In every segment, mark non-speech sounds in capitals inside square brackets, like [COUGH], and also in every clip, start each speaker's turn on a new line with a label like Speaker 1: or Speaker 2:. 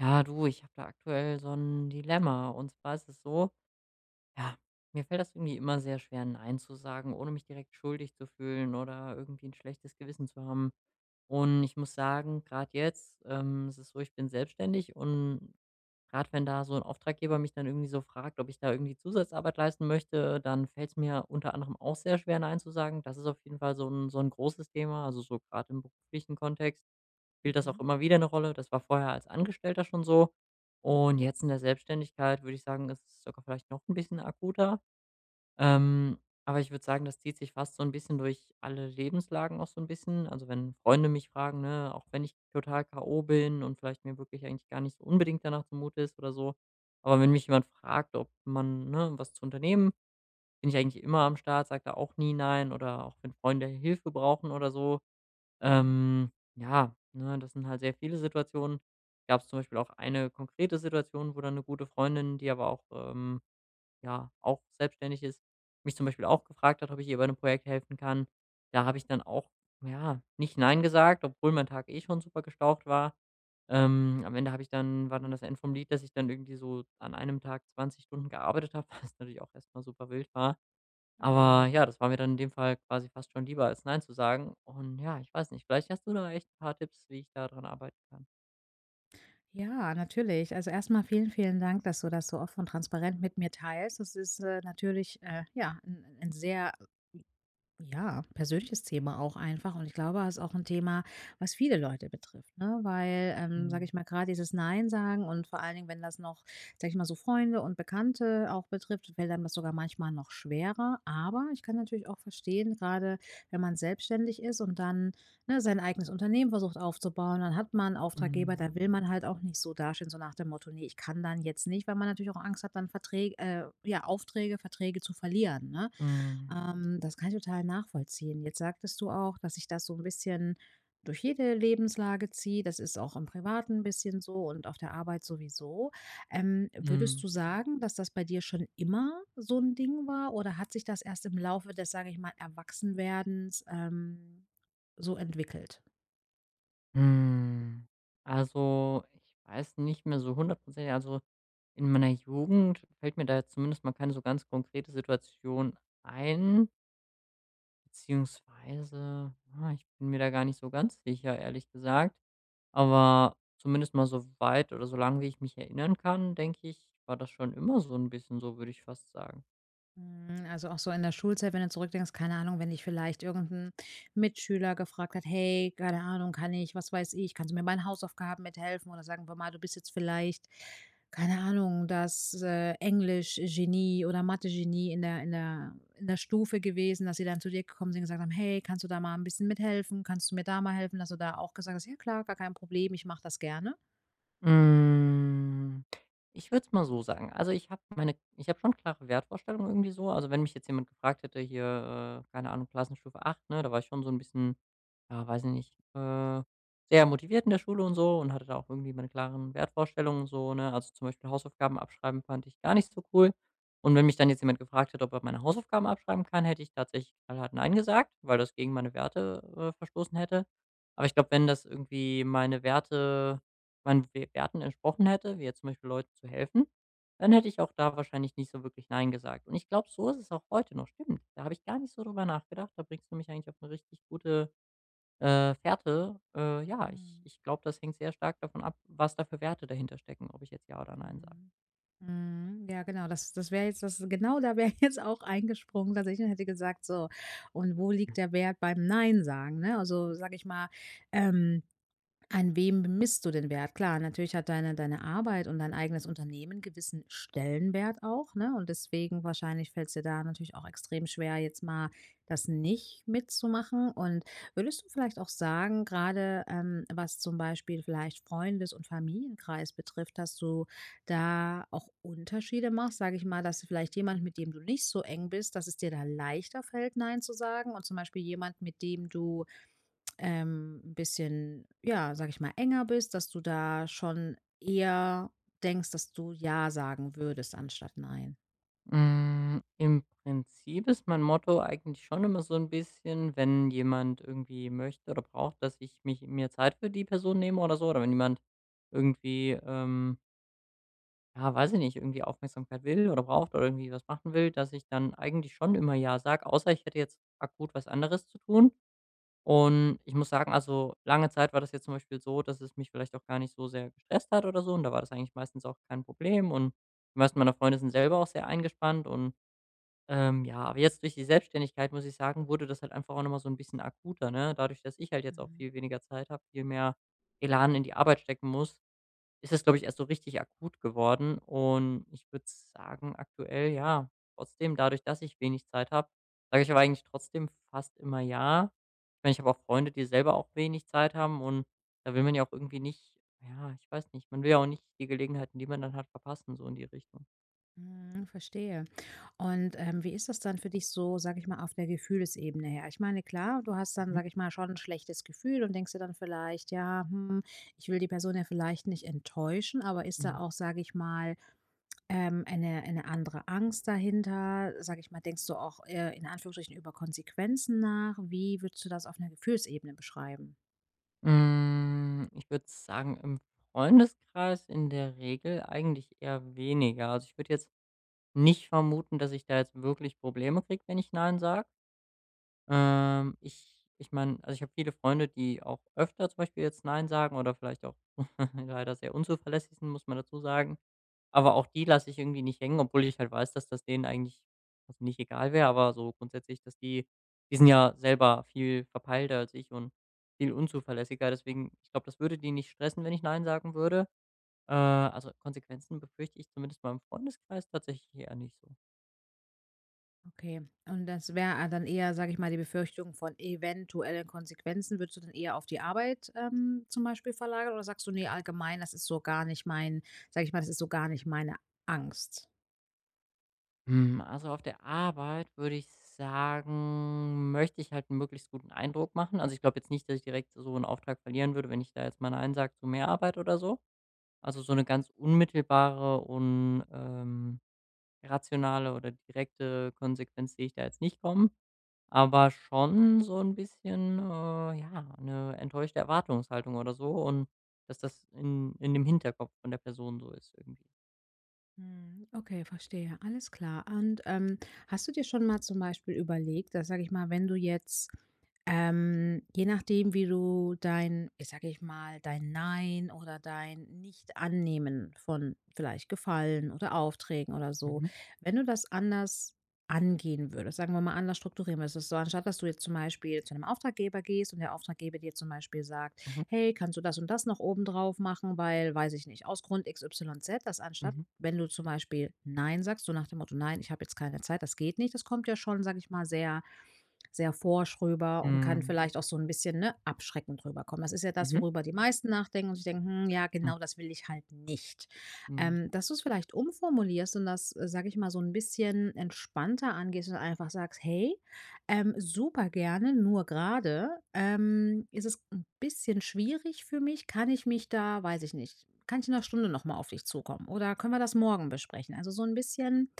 Speaker 1: Ja, du, ich habe da aktuell so ein Dilemma. Und zwar ist es so, ja, mir fällt das irgendwie immer sehr schwer, nein zu sagen, ohne mich direkt schuldig zu fühlen oder irgendwie ein schlechtes Gewissen zu haben. Und ich muss sagen, gerade jetzt, ist es ist so, ich bin selbstständig und gerade wenn da so ein Auftraggeber mich dann irgendwie so fragt, ob ich da irgendwie Zusatzarbeit leisten möchte, dann fällt es mir unter anderem auch sehr schwer, nein zu sagen. Das ist auf jeden Fall so ein großes Thema, also so gerade im beruflichen Kontext spielt das auch
Speaker 2: Mhm,
Speaker 1: immer wieder eine Rolle. Das war vorher als Angestellter schon so. Und
Speaker 2: mhm,
Speaker 1: jetzt in der Selbstständigkeit würde ich sagen, ist es sogar vielleicht noch ein bisschen akuter. Ähm, aber ich würde sagen, das zieht sich fast so ein bisschen durch alle Lebenslagen auch so ein bisschen. Also, wenn Freunde mich fragen, ne, auch wenn ich total K.O. bin und vielleicht mir wirklich eigentlich gar nicht so unbedingt danach zumute ist oder so. Aber wenn mich jemand fragt, ob man, ne, was zu unternehmen, bin ich eigentlich immer am Start, sage da auch nie nein oder auch wenn Freunde Hilfe brauchen oder so.
Speaker 2: mhm.
Speaker 1: Ja, ne, das sind halt sehr viele Situationen. Gab es zum Beispiel auch eine konkrete Situation, wo dann eine gute Freundin, die aber auch, ja, auch selbstständig ist, mich zum Beispiel auch gefragt hat, ob ich ihr bei einem Projekt helfen kann. Da habe ich dann auch, ja, nicht nein gesagt, obwohl mein Tag eh schon super gestaucht war. Am Ende habe ich dann war dann das Ende vom Lied, dass ich dann irgendwie so an einem Tag 20 Stunden gearbeitet habe, [LAUGHS] was natürlich auch erstmal super wild war.
Speaker 2: Oh,
Speaker 1: Aber
Speaker 2: wow.
Speaker 1: ja, das war mir dann in dem Fall quasi fast schon lieber, als nein zu sagen. Und ja, ich weiß nicht, vielleicht hast du da echt ein paar Tipps, wie ich da dran arbeiten kann.
Speaker 2: Ja, natürlich. Also erstmal vielen, vielen Dank, dass du das so offen und transparent mit mir teilst. Das ist natürlich ja, ein sehr Ja, persönliches Thema auch einfach. Und ich glaube, es ist auch ein Thema, was viele Leute betrifft, ne? Weil, sage
Speaker 1: Mhm.
Speaker 2: ich mal, gerade dieses Nein sagen und vor allen Dingen, wenn das noch, sage ich mal, so Freunde und Bekannte auch betrifft, fällt einem das sogar manchmal noch schwerer. Aber ich kann natürlich auch verstehen, gerade wenn man selbstständig ist und dann, ne, sein eigenes Unternehmen versucht aufzubauen, dann hat man einen Auftraggeber,
Speaker 1: Mhm.
Speaker 2: da will man halt auch nicht so dastehen, so nach dem Motto, nee, ich kann dann jetzt nicht, weil man natürlich auch Angst hat, dann Verträge, ja, Aufträge, Verträge zu verlieren, ne?
Speaker 1: Mhm.
Speaker 2: Das kann ich total nachvollziehen. Jetzt sagtest du auch, dass sich das so ein bisschen durch jede Lebenslage zieht. Das ist auch im Privaten ein bisschen so und auf der Arbeit sowieso. Würdest
Speaker 1: Mhm.
Speaker 2: du sagen, dass das bei dir schon immer so ein Ding war oder hat sich das erst im Laufe des, sage ich mal, Erwachsenwerdens, so entwickelt?
Speaker 1: Mhm. Also, ich weiß nicht mehr so hundertprozentig also, in meiner Jugend fällt mir da jetzt zumindest mal keine so ganz konkrete Situation ein, beziehungsweise, ich bin mir da gar nicht so ganz sicher, ehrlich gesagt. Aber zumindest mal so weit oder so lang, wie ich mich erinnern kann, denke ich, war das schon immer so ein bisschen so, würde ich fast sagen.
Speaker 2: Mhm, also auch so in der Schulzeit, wenn du zurückdenkst, keine Ahnung, wenn dich vielleicht irgendein Mitschüler gefragt hat: „Hey, keine Ahnung, kann ich was weiß ich, kannst du mir bei den Hausaufgaben mithelfen?“ Oder sagen wir mal, du bist jetzt vielleicht, keine Ahnung, Englisch-Genie oder Mathe-Genie in der in der Stufe gewesen, dass sie dann zu dir gekommen sind und gesagt haben: „Hey, kannst du da mal ein bisschen mithelfen? Kannst du mir da mal helfen?“ Dass du da auch gesagt hast: „Ja klar, gar kein Problem, ich mache das gerne.“
Speaker 1: Hm, ich würde es mal so sagen. Also, ich habe schon klare Wertvorstellungen irgendwie so. Also, wenn mich jetzt jemand gefragt hätte hier, keine Ahnung, Klassenstufe 8, ne, da war ich schon so ein bisschen, ja, weiß ich nicht, sehr motiviert in der Schule und so und hatte da auch irgendwie meine klaren Wertvorstellungen und so, ne? Also, zum Beispiel Hausaufgaben abschreiben fand ich gar nicht so cool. Und wenn mich dann jetzt jemand gefragt hätte, ob er meine Hausaufgaben abschreiben kann, hätte ich tatsächlich knallhart nein gesagt, weil das gegen meine Werte, verstoßen hätte. Aber ich glaube, wenn das irgendwie meine Werte meinen We Werten entsprochen hätte, wie jetzt zum Beispiel Leuten zu helfen, dann hätte ich auch da wahrscheinlich nicht so wirklich nein gesagt. Und ich glaube, so ist es auch heute noch, stimmt. Da habe ich gar nicht so drüber nachgedacht. Da bringst du mich eigentlich auf eine richtig gute, Fährte. Ja, ich
Speaker 2: Mhm,
Speaker 1: ich glaube, das hängt sehr stark davon ab, was da für Werte dahinter stecken, ob ich jetzt ja oder nein sage.
Speaker 2: mhm. Mhm, ja genau, das wäre jetzt das, genau da wäre ich [LAUGHS] jetzt auch eingesprungen, dass ich hätte gesagt so: „Und wo liegt der Wert beim Nein sagen?“, ne? Also, sage ich mal, ähm an wem bemisst du den Wert? Klar, natürlich hat deine Arbeit und dein eigenes Unternehmen gewissen Stellenwert auch, ne? Und deswegen wahrscheinlich fällt es dir da natürlich auch extrem schwer, jetzt mal das nicht mitzumachen. Und würdest du vielleicht auch sagen, gerade was zum Beispiel vielleicht Freundes und Familienkreis betrifft, dass du da auch Unterschiede machst? Sage ich mal, dass vielleicht jemand, mit dem du nicht so eng bist, dass es dir da leichter fällt, nein zu sagen, und zum Beispiel jemand, mit dem du 'n bisschen, ja, sage ich mal, enger bist, dass du da schon eher denkst, dass du ja sagen würdest anstatt nein.
Speaker 1: Hm, im Prinzip ist mein Motto eigentlich schon immer so ein bisschen, wenn jemand irgendwie möchte oder braucht, dass ich mich mir Zeit für die Person nehme oder so oder wenn jemand irgendwie, ja, weiß ich nicht, irgendwie Aufmerksamkeit will oder braucht oder irgendwie was machen will, dass ich dann eigentlich schon immer ja sage, außer ich hätte jetzt akut was anderes zu tun. Und ich muss sagen, also lange Zeit war das jetzt zum Beispiel so, dass es mich vielleicht auch gar nicht so sehr gestresst hat oder so. Und da war das eigentlich meistens auch kein Problem. Und die meisten meiner Freunde sind selber auch sehr eingespannt. Und ja, aber jetzt durch die Selbstständigkeit, muss ich sagen, wurde das halt einfach auch nochmal so ein bisschen akuter. Ne? Dadurch, dass ich halt jetzt auch
Speaker 2: Mhm.
Speaker 1: viel weniger Zeit habe, viel mehr Elan in die Arbeit stecken muss, ist es, glaube ich, erst so richtig akut geworden. Und ich würde sagen, aktuell ja. Trotzdem, dadurch, dass ich wenig Zeit habe, sage ich aber eigentlich trotzdem fast immer ja. Ich meine, ich habe auch Freunde, die selber auch wenig Zeit haben und da will man ja auch irgendwie nicht, ja, ich weiß nicht, man will ja auch nicht die Gelegenheiten, die man dann hat, verpassen, so in die Richtung.
Speaker 2: Mhm, verstehe. Und, wie ist das dann für dich so, sage ich mal, auf der Gefühlesebene her? Ich meine, klar, du hast dann,
Speaker 1: Mhm.
Speaker 2: sage ich mal, schon ein schlechtes Gefühl und denkst dir dann vielleicht: „Ja, hm, ich will die Person ja vielleicht nicht enttäuschen“, aber ist da
Speaker 1: Mhm.
Speaker 2: auch, sage ich mal, eine andere Angst dahinter? Sage ich mal, denkst du auch, in Anführungsstrichen über Konsequenzen nach? Wie würdest du das auf einer Gefühlsebene beschreiben?
Speaker 1: Ich würde sagen, im Freundeskreis in der Regel eigentlich eher weniger. Also ich würde jetzt nicht vermuten, dass ich da jetzt wirklich Probleme kriege, wenn ich nein sage. Ähm, ich ich meine, also, ich habe viele Freunde, die auch öfter zum Beispiel jetzt „nein“ sagen oder vielleicht auch [LAUGHS] leider sehr unzuverlässig sind, muss man dazu sagen. Aber auch die lasse ich irgendwie nicht hängen, obwohl ich halt weiß, dass das denen eigentlich also, nicht egal wäre, aber so grundsätzlich, dass die sind ja selber viel verpeilter als ich und viel unzuverlässiger. Deswegen, ich glaube, das würde die nicht stressen, wenn ich „nein“ sagen würde. Also, Konsequenzen befürchte ich zumindest meinem Freundeskreis tatsächlich eher nicht so.
Speaker 2: Okay, und das wäre, ah, dann eher, sage ich mal, die Befürchtung von eventuellen Konsequenzen. Würdest du dann eher auf die Arbeit, zum Beispiel verlagern oder sagst du: nee, allgemein, das ist so gar nicht mein, sage ich mal, das ist so gar nicht meine Angst?“
Speaker 1: Hm, also, auf der Arbeit würde ich sagen, möchte ich halt 'n möglichst guten Eindruck machen. Also, ich glaube jetzt nicht, dass ich direkt so einen Auftrag verlieren würde, wenn ich da jetzt mal nein sage zu mehr Arbeit oder so. Also, so eine ganz unmittelbare und, rationale oder direkte Konsequenz sehe ich da jetzt nicht kommen, aber schon so ein bisschen, ja, eine enttäuschte Erwartungshaltung oder so und dass das in dem Hinterkopf von der Person so ist irgendwie.
Speaker 2: Mhm, okay, verstehe, alles klar. Und, hast du dir schon mal zum Beispiel überlegt, dass, sage ich mal, wenn du jetzt je nachdem, wie du dein, ich sage ich mal, dein Nein oder dein Nicht-Annehmen von vielleicht Gefallen oder Aufträgen oder so,
Speaker 1: Mhm,
Speaker 2: wenn du das anders angehen würdest, sagen wir mal anders strukturieren würdest, das ist so anstatt dass du jetzt zum Beispiel zu einem Auftraggeber gehst und der Auftraggeber dir zum Beispiel sagt,
Speaker 1: mhm,
Speaker 2: hey, kannst du das und das noch obendrauf machen, weil, weiß ich nicht, aus Grund x y z, das anstatt,
Speaker 1: mhm.
Speaker 2: wenn du zum Beispiel Nein sagst, so nach dem Motto, nein, ich habe jetzt keine Zeit, das geht nicht, das kommt ja schon, sage ich mal, sehr forsch rüber und kann
Speaker 1: Hm,
Speaker 2: vielleicht auch so ein bisschen, ne, abschreckend rüberkommen. Das ist ja das,
Speaker 1: mhm,
Speaker 2: worüber die meisten nachdenken und sich denken: „Hm, ja,
Speaker 1: hm.
Speaker 2: genau das will ich halt nicht.“
Speaker 1: Mhm.
Speaker 2: Dass du es vielleicht umformulierst und das, sage ich mal, so ein bisschen entspannter angehst und einfach sagst: „Hey, super gerne, nur gerade ist es ein bisschen schwierig für mich. Kann ich mich da weiß ich nicht kann ich in einer Stunde noch mal auf dich zukommen oder können wir das morgen besprechen?“ Also, so ein bisschen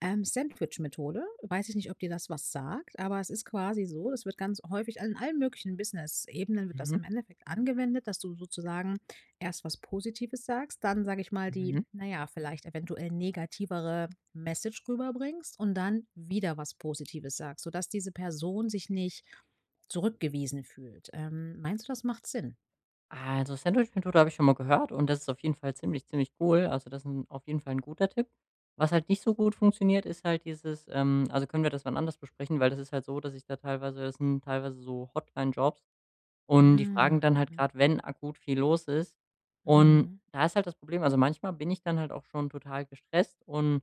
Speaker 2: Sandwich-Methode. Weiß ich nicht, ob dir das was sagt, aber es ist quasi so, das wird ganz häufig in allen möglichen Business-Ebenen wird das
Speaker 1: Mhm,
Speaker 2: im Endeffekt angewendet, dass du sozusagen erst was Positives sagst, dann, sage ich mal, die,
Speaker 1: mhm.
Speaker 2: naja, vielleicht eventuell negativere Message rüberbringst und dann wieder was Positives sagst, sodass diese Person sich nicht zurückgewiesen fühlt. Meinst du, das macht Sinn?
Speaker 1: Also, Sandwich-Methode habe ich schon mal gehört und das ist auf jeden Fall ziemlich, ziemlich cool. Also, das ist 'n auf jeden Fall ein guter Tipp. Was halt nicht so gut funktioniert, ist halt dieses also, können wir das wann anders besprechen, weil das ist halt so, dass ich da teilweise das sind teilweise so Hotline-Jobs und die fragen dann halt
Speaker 2: Mm,
Speaker 1: gerade, wenn akut viel los ist. Und
Speaker 2: mhm.
Speaker 1: da ist halt das Problem also, manchmal bin ich dann halt auch schon total gestresst und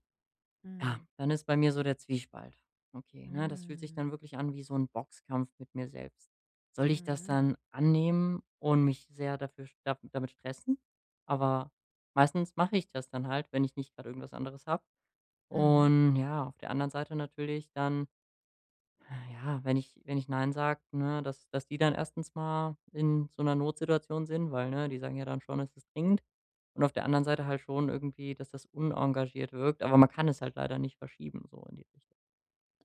Speaker 1: ja,
Speaker 2: Mhm.
Speaker 1: dann ist bei mir so der Zwiespalt. Okay, ne, das fühlt sich
Speaker 2: Mhm.
Speaker 1: dann wirklich an wie so ein Boxkampf mit mir selbst. Soll ich das
Speaker 2: Mhm.
Speaker 1: dann annehmen und mich sehr dafür st da damit stressen? Aber meistens mache ich das dann halt, wenn ich nicht gerade irgendwas anderes habe.
Speaker 2: Mhm.
Speaker 1: Und ja, auf der anderen Seite natürlich dann ja, wenn ich nein sage, ne, dass die dann erstens mal in so einer Notsituation sind, weil, ne, die sagen ja dann schon, es ist dringend. Und auf der anderen Seite halt schon irgendwie, dass das unengagiert wirkt, aber man kann es halt leider nicht verschieben, so in die Richtung.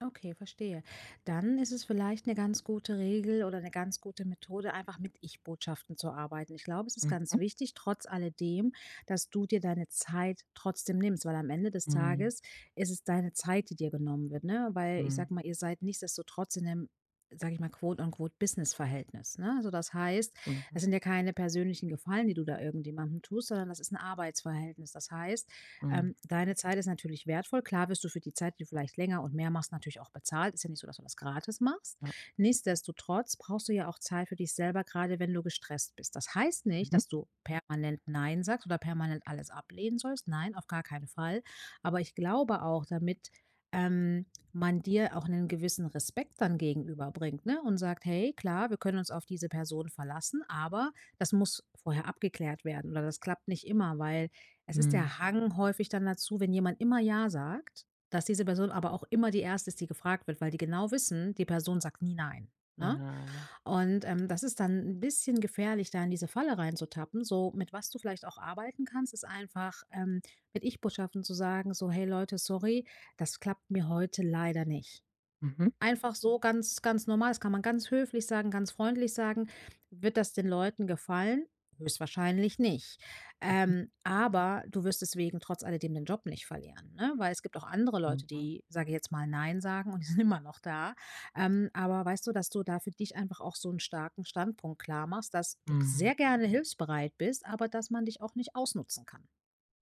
Speaker 2: Okay, verstehe. Dann ist es vielleicht eine ganz gute Regel oder eine ganz gute Methode, einfach mit Ich-Botschaften zu arbeiten. Ich glaube, es ist ganz
Speaker 1: Mhm.
Speaker 2: wichtig, trotz alledem, dass du dir deine Zeit trotzdem nimmst, weil am Ende des
Speaker 1: Mhm.
Speaker 2: Tages ist es deine Zeit, die dir genommen wird, ne? Weil ich
Speaker 1: Mhm.
Speaker 2: sage mal, ihr seid nichtsdestotrotz in einem, sage ich mal, quote on quote Business-Verhältnis, ne? Also, das heißt,
Speaker 1: Stimmt,
Speaker 2: das
Speaker 1: ja.
Speaker 2: sind ja keine persönlichen Gefallen, die du da irgendjemandem tust, sondern das ist ein Arbeitsverhältnis. Das heißt,
Speaker 1: Mhm.
Speaker 2: deine Zeit ist natürlich wertvoll. Klar wirst du für die Zeit, die du vielleicht länger und mehr machst, natürlich auch bezahlt. Ist ja nicht so, dass du das gratis machst.
Speaker 1: Ja.
Speaker 2: Nichtsdestotrotz brauchst du ja auch Zeit für dich selber, gerade wenn du gestresst bist. Das heißt nicht,
Speaker 1: Mhm.
Speaker 2: dass du permanent Nein sagst oder permanent alles ablehnen sollst. Nein, auf gar keinen Fall. Aber ich glaube auch, damit ähm, man dir auch einen gewissen Respekt dann gegenüberbringt, ne? Und sagt, hey, klar, wir können uns auf diese Person verlassen, aber das muss vorher abgeklärt werden oder das klappt nicht immer, weil es ist
Speaker 1: Mhm.
Speaker 2: der Hang häufig dann dazu, wenn jemand immer „ja“ sagt, dass diese Person aber auch immer die erste ist, die gefragt wird, weil die genau wissen, die Person sagt nie „nein“, ne?
Speaker 1: Ah, ja.
Speaker 2: Und, das ist dann ein bisschen gefährlich, da in diese Falle reinzutappen. So, mit was du vielleicht auch arbeiten kannst, ist einfach, mit Ich-Botschaften zu sagen, so: „Hey Leute, sorry, das klappt mir heute leider nicht.“
Speaker 1: Mhm.
Speaker 2: Einfach so ganz normal, das kann man ganz höflich sagen, ganz freundlich sagen. Wird das den Leuten gefallen? Höchstwahrscheinlich nicht.
Speaker 1: Mhm.
Speaker 2: Aber du wirst deswegen trotz alledem den Job nicht verlieren, ne? Weil es gibt auch andere
Speaker 1: Stimmt,
Speaker 2: Leute,
Speaker 1: ja.
Speaker 2: die, sage ich jetzt mal, nein sagen und die [LAUGHS] sind immer noch da. Aber weißt du, dass du da für dich einfach auch so einen starken Standpunkt klar machst, dass du
Speaker 1: Mhm.
Speaker 2: sehr gerne hilfsbereit bist, aber dass man dich auch nicht ausnutzen kann.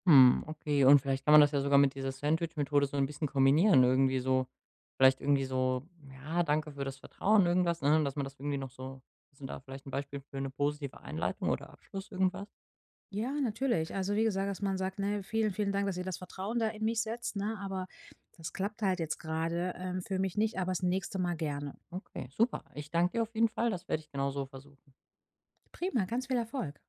Speaker 1: Hm, okay. Und vielleicht kann man das ja sogar mit dieser Sandwich-Methode so ein bisschen kombinieren. Irgendwie so vielleicht irgendwie so: „Ja, danke für das Vertrauen“, irgendwas, ne? Dass man das irgendwie noch so hast du da vielleicht ein Beispiel für eine positive Einleitung oder Abschluss, irgendwas?
Speaker 2: Ja, natürlich. Also wie gesagt, dass man sagt, ne, vielen, vielen Dank, dass ihr das Vertrauen da in mich setzt, ne, aber das klappt halt jetzt gerade, für mich nicht, aber das nächste Mal gerne.
Speaker 1: Okay, super. Ich danke dir auf jeden Fall. Das werde ich genauso versuchen.
Speaker 2: Prima, ganz viel Erfolg.